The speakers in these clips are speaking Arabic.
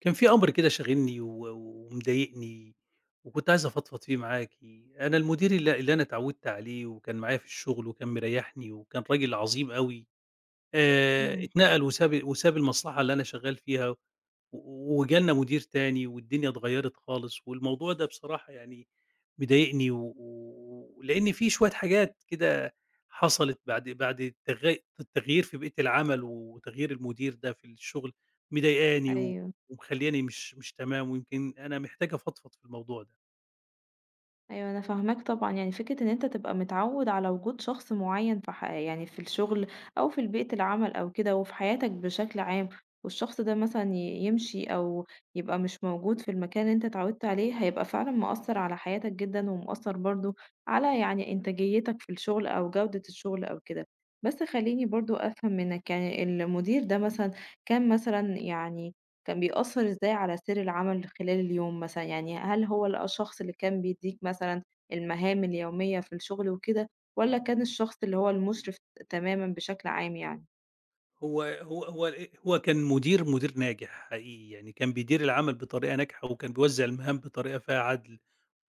كان في أمر كده شاغلني و ومضايقني، وكنت عايز أفضفض فيه معاكِ. أنا المدير اللي أنا اتعوّدت عليه وكان معايا في الشغل وكان مريّحني وكان راجل عظيم أوي. إمم، اتنقل وساب المصلحة اللي أنا شغّال فيها، و وجالنا مدير تاني والدنيا اتغيّرت خالص، والموضوع ده بصراحة يعني مضايقني. و ولإن في شوية حاجات كده حصلت بعد التغيير في بيئة العمل وتغيير المدير ده في الشغل مضايقاني و أيوه، ومخلّياني مش تمام، ويمكن أنا محتاج أفضفض في الموضوع ده. أيوه أنا فاهماك طبعًا، يعني فكرة إن أنت تبقى متعوّد على وجود شخص معيّن في ح يعني في الشغل أو في بيئة العمل أو كده وفي حياتك بشكل عام، والشخص ده مثلًا يمشي أو يبقى مش موجود في المكان اللي أنت اتعوّدت عليه، هيبقى فعلًا مأثّر على حياتك جدًا ومأثّر برضه على يعني إنتاجيتك في الشغل أو جودة الشغل أو كده. بس خلّيني برضه أفهم منّك يعني المدير ده مثلًا كان مثلًا يعني كان بيأثّر إزاي على سير العمل خلال اليوم مثلًا؟ يعني هل هو الشخص اللي كان بيدّيك مثلًا المهام اليومية في الشغل وكده، والّا كان الشخص اللي هو المُشرف تمامًا بشكل عام يعني؟ هو كان مدير ناجح حقيقي، يعني كان بيدير العمل بطريقة ناجحة وكان بيوزّع المهام بطريقة فيها عدْل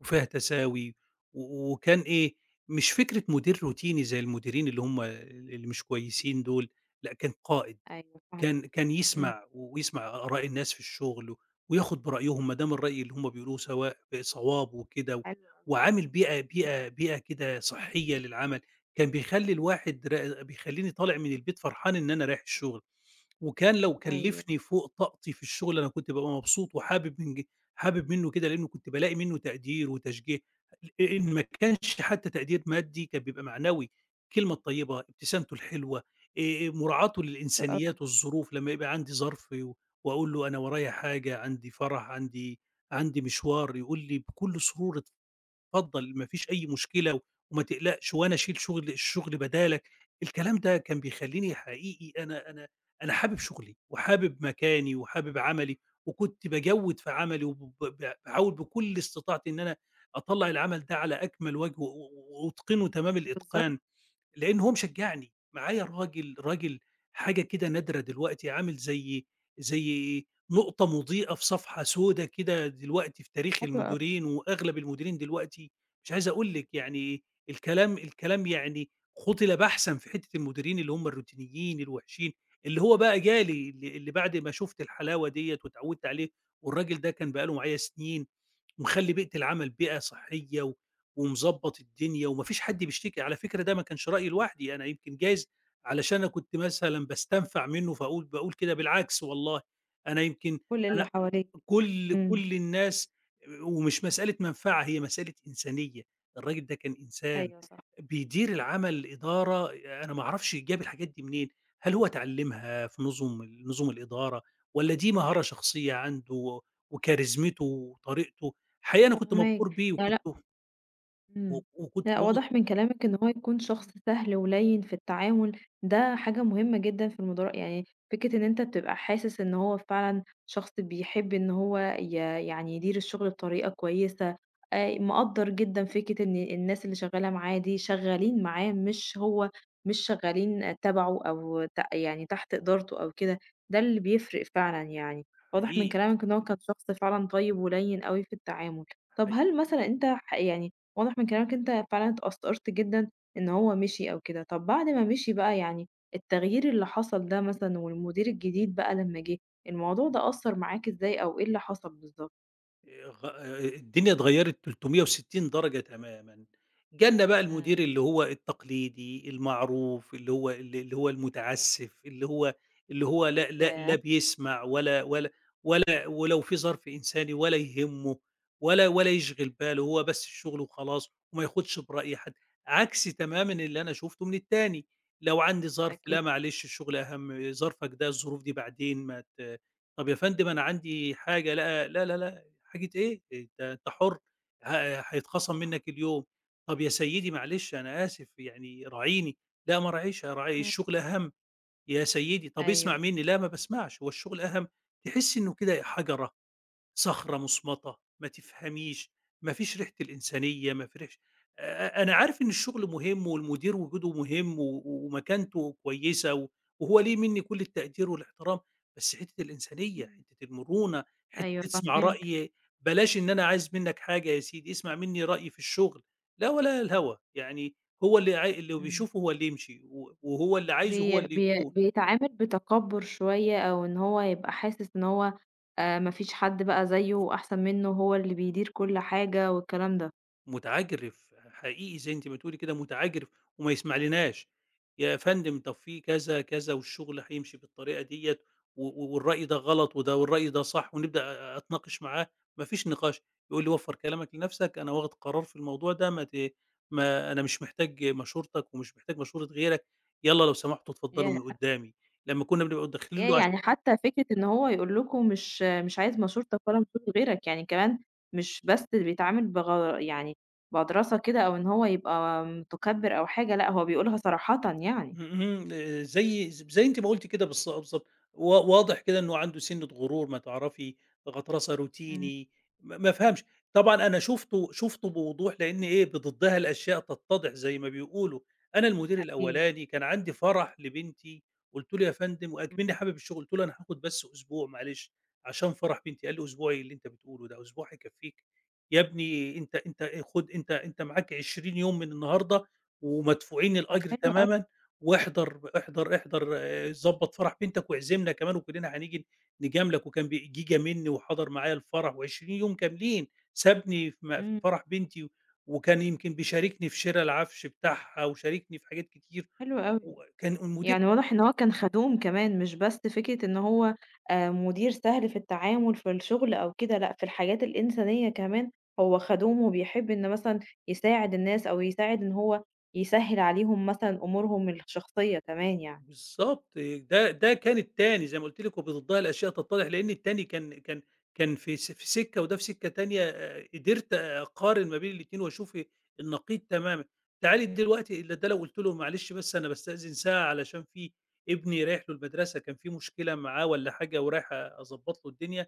وفيها تساوي. و وكان إيه، مش فكرة مدير روتيني زي المديرين اللي مش كويسين دول، لأ كان قائد، أيوه فاهماك. كان إمم، يسمع ويسمع آراء الناس في الشغل، و- وياخد برأيهم ما دام الرأي اللي هم بيقولوه سواء صواب وكده، و- حلو أوي. وعامل بيئة بيئة إمم. بيئة كده صحية للعمل. كان بيخلّي الواحد ر بيخلّيني طالع من البيت فرحان إن أنا رايح الشغل، وكان لو أيوه، كلّفني فوق طاقتي في الشغل أنا كنت بابقى مبسوط وحابب من ج حابب منّه كده لإنه كنت بالاقي منّه تقدير وتشجيع. إن ما كانش حتى تقدير مادي كان بيبقى معنوي، الكلمة الطيبة، ابتسامته الحلوة، مراعاته حلو أوي، للإنسانيات والظروف لمّا يبقى عندي ظرف، و- وأقول له أنا ورايا حاجة، عندي فرح، عندي مشوار، يقول لي بكل سرور: "اتفضل ما فيش أي مشكلة وما تقلقش وأنا أشيل الشغل بدالك." الكلام ده كان بيخلّيني حقيقي أنا حابب شغلي وحابب مكاني وحابب عملي، وكنت باجوّد في عملي وب ب باحاول بكل استطاعتي إن أنا أطلّع العمل ده على أكمل وجه و وأتقنه تمام بالضبط، الإتقان. لإن هو مشجّعني، معايا راجل حاجة كده نادرة دلوقتي، عامل زي نقطة مضيئة في صفحة سودا كده دلوقتي في تاريخ حلو أوي، المديرين، وأغلب المديرين دلوقتي مش عايز أقول لِك يعني الكلام يعني قُتل بحثًا في حتّة المديرين اللي هم الروتينيين الوحشين. اللي هو بقى جالي، اللي بعد ما شُفت الحلاوة ديّة واتعوّدت عليه والراجل ده كان بقى له معايا سنين، ومخلّي بيئة العمل بيئة صحية و ومضبّط الدنيا وما فيش حد بيشتكي. على فكرة ده ما كانش رأيي لوحدي، أنا يمكن جايز علشان أنا كنت مثلًا باستنفع منّه باقول كده، بالعكس والله، أنا يمكن كل اللي أنا حواليك. كل إمم، كل الناس، ومش مسألة منفعة، هي مسألة إنسانية. الراجل ده كان إنسان أيوه صح، بيدير العمل إدارة، أنا ما أعرفش جاب الحاجات دي منين، هل هو اتعلمها في نظم الإدارة والّا دي مهارة شخصية عنده وكاريزمته وطريقته. الحقيقة أنا كنت فاهماك. مبهور بيه يعني لأ، وكنت و إمم. وكنت لأ، واخد. واضح من كلامِك إن هو يكون شخص سهل ولَيِّن في التعامل، ده حاجة مهمة جدًا في المدراء، يعني فكرة إن أنت بتبقى حاسس إن هو فعلًا شخص بيحب إن هو يعني يدير الشغل بطريقة كويسة، مقدّر جدًا فكرة إن الناس اللي شغّالة معاه دي شغّالين معاه، مش هو مش شغّالين تبعه أو يعني تحت إدارته أو كده، ده اللي بيفرق فعلًا يعني. واضح من حقيقي، كلامِك إن هو كان شخص فعلًا طيب ولَيِّن أوي في التعامل. طَب حقيقي. هل مثلًا أنت يعني واضح من كلامك أنت فعلًا اتأثّرت جدًا إن هو مشي أو كده، طَب بعد ما مشي بقى يعني التغيير اللي حصل ده مثلًا والمدير الجديد بقى لمّا جه، الموضوع ده أثّر معاك إزاي أو إيه اللي حصل بالضبط؟ غ الدنيا اتغيّرت 360 درجة تمامًا، جالنا بقى إمم. المدير اللي هو التقليدي المعروف، اللي هو المتعسّف، اللي هو اللي هو لا ياه! بيسمع ولا ولا ولو في ظرف إنساني ولا يهمّه ولا يشغل باله، هو بس الشغل وخلاص وما ياخدش برأي حد، عكس تمامًا اللي أنا شُفته من التاني. لو عندي ظرف: "لا أكيد. معلش الشغل أهَم، ظرفك ده الظروف دي بعدين ما ت". "طَب يا فندم أنا عندي حاجة". "لأ، لا، لا، لأ، حاجة إيه؟ أنت حُر، هيتخصم منّك اليوم". طَب يا سيدي معلش أنا آسف يعني راعيني. "لأ ما أراعيش، أراعي إمم. الشغل أهَم". يا سيدي طَب أيوه. اسمع منّي. "لأ ما باسمعش، هو الشغل أهَم". تحس إنه كده حَجَرة، صخرة مُصمَّتة، ما تفهميش، ما فيش ريحة الإنسانية، ما فيش. أنا عارف إن الشغل مهم والمدير وجوده مهم و ومكانته كويسة و وهو ليه منّي كل التقدير والاحترام، بس حتّة الإنسانية، إمم. حتّة المرونة، حتّة أيوه تسمع فاهماك. رأيي. بلاش إن أنا عايز منّك حاجة يا سيدي، اسمع منّي رأيي في الشغل، لا ولا الهوا، يعني هو اللي اللي إمم. بيشوفه هو اللي يمشي و وهو اللي عايزه هو بي اللي بي يكون. بيتعامل بتكبُّر شوية أو إن هو يبقى حاسس إن هو ما فيش حد بقى زيّه وأحسن منّه وهو اللي بيدير كل حاجة والكلام متعجرف، حقيقي زي أنتِ ما بتقولي كده متعجرف وما يسمعلناش. يا فندم طب في كذا، كذا والشغل هيمشي بالطريقة ديّة و والرأي ده غلط وده والرأي ده صح ونبدأ أتناقش معاه، ما فيش نقاش، يقول لي: "وفّر كلامك لنفسك أنا واخد قرار في الموضوع ده ما أنا مش محتاج مشورتك ومش محتاج مشورة غيرك، يالّا لو سمحتوا اتفضلوا ده. من قدّامي" لمّا كنا بنبقى داخلين له. ياه! يعني حتى فكرة إن هو يقول لكم مش عايز مشورتك ولا مشورة غيرك، يعني كمان مش بس بيتعامل يعني بدراسة كده أو إن هو يبقى متكبّر أو حاجة، لأ هو بيقولها صراحةً يعني. إمم، إمم، زي زي أنتِ ما قُلتِ كده بالضبط، واضح كده إنه عنده سِنّة غرور ما تعرفي، غطرسة إمم. روتيني، ما فهمش. طبعًا أنا شُفته بوضوح لإن إيه، بضدها الأشياء تتضح زي ما بيقولوا. أنا المدير أكيد، الأولاني كان عندي فرح لبنتي، قُلت له: "يا فندم" وأكمنّي إمم. حابب الشغل، قُلت له: "أنا هاخد بس أسبوع معلش عشان فرح بنتي". قال لي: "أسبوع إيه اللي أنت بتقوله ده، أسبوع هيكفّيك، يا ابني أنت خُد أنت معاك 20 يوم من النهارده ومدفوعين طب الأجر حلو أوي، تمامًا، واحضر، احضر، احضر، ضبّط فرح بنتك واعزمنا كمان وكلنا هنيجي نجاملك"، وكان بي جِه جاملني وحضر معايا الفرح و20 يوم كاملين، سابني في إمم، فرح بنتي، وكان يمكن بيشاركني في شِرا العفش بتاعها وشاركني في حاجات كتير، حلو أوي. وكان المدير يعني واضح إن هو كان خدوم كمان، مش بس فكرة إن هو مدير سهل في التعامل في الشغل أو كده، لأ، في الحاجات الإنسانية كمان هو خدوم وبيحب إن مثلًا يساعد الناس أو يساعد إن هو يسهّل عليهم مثلًا أمورهم الشخصية كمان يعني. بالضبط. ده ده كان التاني زي ما قُلت لِك، وبتضّاهي الأشياء تتضّاهي، لإن التاني كان كان في سِكّة وده في سِكّة تانية، قدرت أقارن ما بين الاتنين وأشوف النقيض تمامًا. تعالي دلوقتي إلّا ده لو قُلت له: "معلش بس أنا باستأذن ساعة علشان في ابني رايح له المدرسة، كان في مشكلة معاه والّا حاجة ورايح أضبّط له الدنيا"،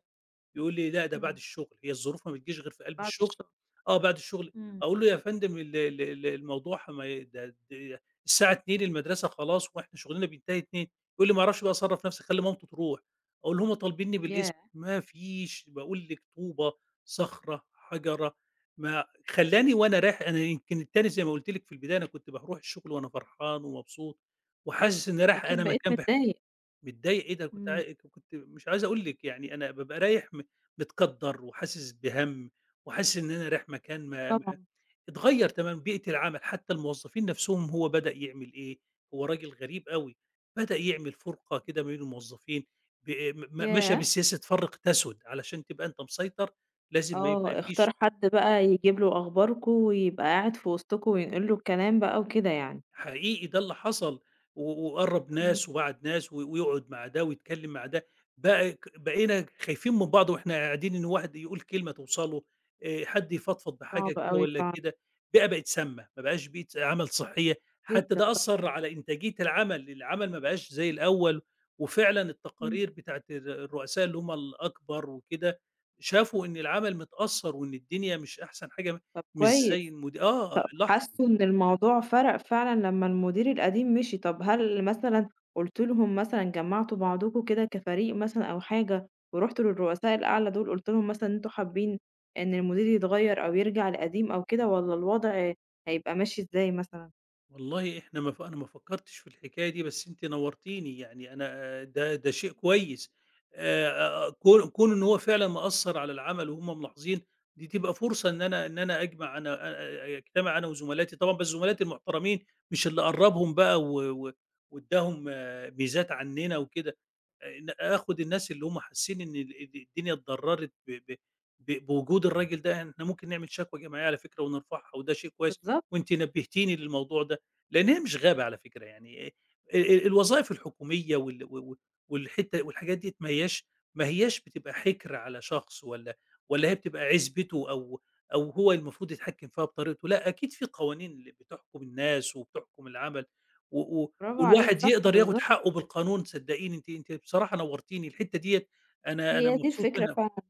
يقول لي: "لأ، ده بعد إمم. الشغل، هي الظروف ما بتجيش غير في قلب بعد الشغل". الشغل. آه، بعد الشغل. إمم. أقول له: "يا فندم ال ال ال الموضوع ما ي ده د الساعة 14:00 المدرسة خلاص وإحنا شغلنا بينتهي 14:00". يقول لي: "ما أعرفش بقى أصرّف نفسي، خلّي مامته تروح". أقول له: "هم طالبينّي بالاسم". ياه! ما فيش، باقول لِك طوبة، صخرة، حجرة، ما خلّاني وأنا رايح. أنا يمكن التاني زي ما قُلت لِك في البداية أنا كنت باروح الشغل وأنا فرحان ومبسوط وحاسس إنّي رايح أنا أكيد بقيت مكان متضايق. متضايق إيه ده، أنا كنت إمم. كنت مش عايز أقول لِك يعني أنا بابقى رايح متقدّر وحاسس بهَم وحاسس إن أنا رايح مكان أكيد ما ما طبعًا. اتغيّر تمامًا بيئة العمل. حتى الموظفين نفسهم هو بدأ يعمل إيه، هو راجل غريب أوي، بدأ يعمل فرقة كده ما بين الموظفين، ب م م مشى ياه! بسياسة فَرِّق تَسُد، علشان تبقى أنت مسيطر لازم ما يبقى آه، فيش. اختار حد بقى يجيب له أخباركم ويبقى قاعد في وسطكم وينقل له الكلام بقى وكده يعني. حقيقي ده اللي حصل، و وقرّب ناس إمم. وبعد ناس، و ويقعد مع ده ويتكلّم مع ده، بقى ك بقينا خايفين من بعض وإحنا قاعدين إن واحد يقول كلمة توصَله، حد يفضفض بحاجة صعب كده أوي والّا فعلًا. كده. البيئة بقت سامة، ما بقاش بيئة عمل صحية، حتى جدًا ده أثّر طبعًا. على إنتاجية العمل، العمل ما بقاش زي الأول، وفعلًا التقارير إمم. بتاعة الرؤساء اللي هم الأكبر وكده، شافوا إن العمل متأثّر وإن الدنيا مش أحسن حاجة، طب مش زي كويس، آه طب لاحظوا. حسّوا إن الموضوع فرق فعلًا لمّا المدير القديم مشي، طب هل مثلًا قُلتِ لهم مثلًا جمّعتوا بعضكم كده كفريق مثلًا أو حاجة ورُحتوا للرؤساء الأعلى دول قُلتِ لهم مثلًا إن أنتم حابين إن المدير يتغيّر أو يرجع القديم أو كده والّا الوضع هيبقى ماشي إزاي مثلًا؟ والله إحنا ما ف أنا ما فكّرتش في الحكاية دي، بس أنتِ نوّرتيني، يعني أنا آه، ده ده شيء كويس، كون إن هو فعلًا مأثّر على العمل وهُم ملاحظين، دي تبقى فرصة إن أنا إن أنا أجمع أنا أ أ أجتمع أنا وزملاتي، طبعًا بس زملاتي المحترمين مش اللي قرّبهم بقى و و وادّاهم آه، ميزات عنّنا وكده، ن آخُد الناس اللي هُم حاسين إن ال ال الدنيا اتضرّرت ب ب ب بوجود الراجل ده، إحنا ممكن نعمل شكوى جماعية على فكرة ونرفعها وده شيء كويس، بالضبط، وأنتِ نبّهتيني للموضوع ده. لأنها مش غابة على فكرة يعني، ال الوظائف الحكومية وال و و والحتة والحاجات ديّة ما هياش بتبقى حِكر على شخص والّا هي بتبقى عِزبته أو أو هو المفروض يتحكّم فيها بطريقته. لأ أكيد في قوانين اللي بتحكم الناس وبتحكم العمل و برافو عليكِ، والواحد صح يقدر ياخُد بالضبط، حقّه بالقانون. صدّقيني أنتِ بصراحة نوّرتيني، الحتّة ديّة أنا هي دي مبسوط الفكرة منها، فعلًا.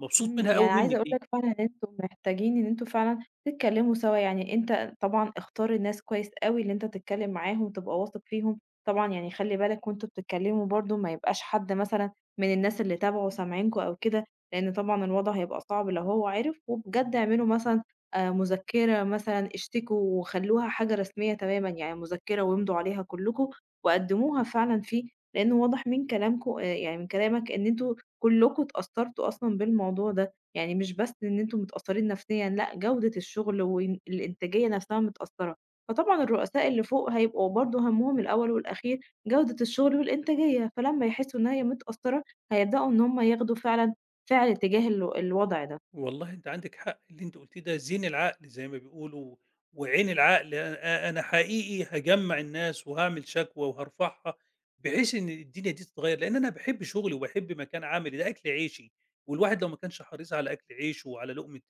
مبسوط إمم، منها أوي يعني عايزة منِّك أقول دي. لك فعلًا إن أنتم محتاجين إن أنتم فعلًا تتكلموا سوا، يعني أنت طبعًا اختار الناس كويس أوي اللي أنت تتكلم معاهم وتبقى واثق فيهم، طبعًا يعني خلِّ بالك وأنتم بتتكلموا برضه ما يبقاش حد مثلًا من الناس اللي تابعوا سامعينكم أو كده، لأن طبعًا الوضع هيبقى صعب لو هو عِرف، وبجد اعملوا مثلًا مذكرة مثلًا اشتكوا وخلّوها حاجة رسمية تمامًا، يعني مذكرة وامضوا عليها كلّكم وقدّموها فعلًا فيه، لأنه واضح من كلامكم يعني من كلامك إن أنتم كلكم اتأثّرتوا أصلًا بالموضوع ده، يعني مش بس إن أنتم متأثّرين نفسيًا، لأ جودة الشغل وإن الإنتاجية نفسها متأثّرة، فطبعًا الرؤساء اللي فوق هيبقوا برضه هَمّهم الأول والأخير جودة الشغل والإنتاجية، فلمّا يحسّوا إن هي متأثّرة هيبدؤوا إن هُم ياخدوا فعلًا فعل تجاه الوضع ده. والله أنتِ عندِك حق، اللي أنتِ قُلتيه ده زين العقل زي ما بيقولوا، وعين العقل. أنا حقيقي هاجمّع الناس وهاعمل شكوى وهارفعها، بحيث إن الدنيا دي تتغيّر، لإن أنا باحب شغلي وباحب مكان عملي، ده أكل عيشي، والواحد لو ما كانش حريص على أكل عيشه وعلى لقمة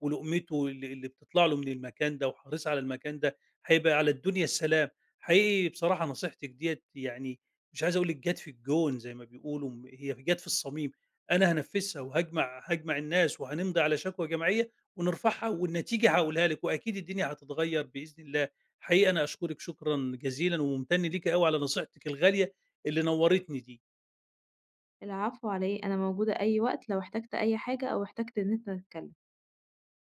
ولقمته اللي بتطلع له من المكان ده وحريص على المكان ده، هيبقى على الدنيا السلام. حقيقي بصراحة نصيحتِك ديّة يعني مش عايز أقول لِك جات في الجون زي ما بيقولوا، هي جات في الصميم. أنا هانفّذها وهاجمع الناس وهنمضي على شكوى جماعية ونرفعها والنتيجة هاقولها لِك وأكيد الدنيا هتتغيّر بإذن الله. حقيقي أنا أشكرِك شكرًا جزيلًا ومُمتَن ليكِ أوي على نصيحتِك الغالية اللي نوّرتني دي. العفو على إيه، أنا موجودة أي وقت لو احتجت أي حاجة أو احتجت إن أنت تتكلم.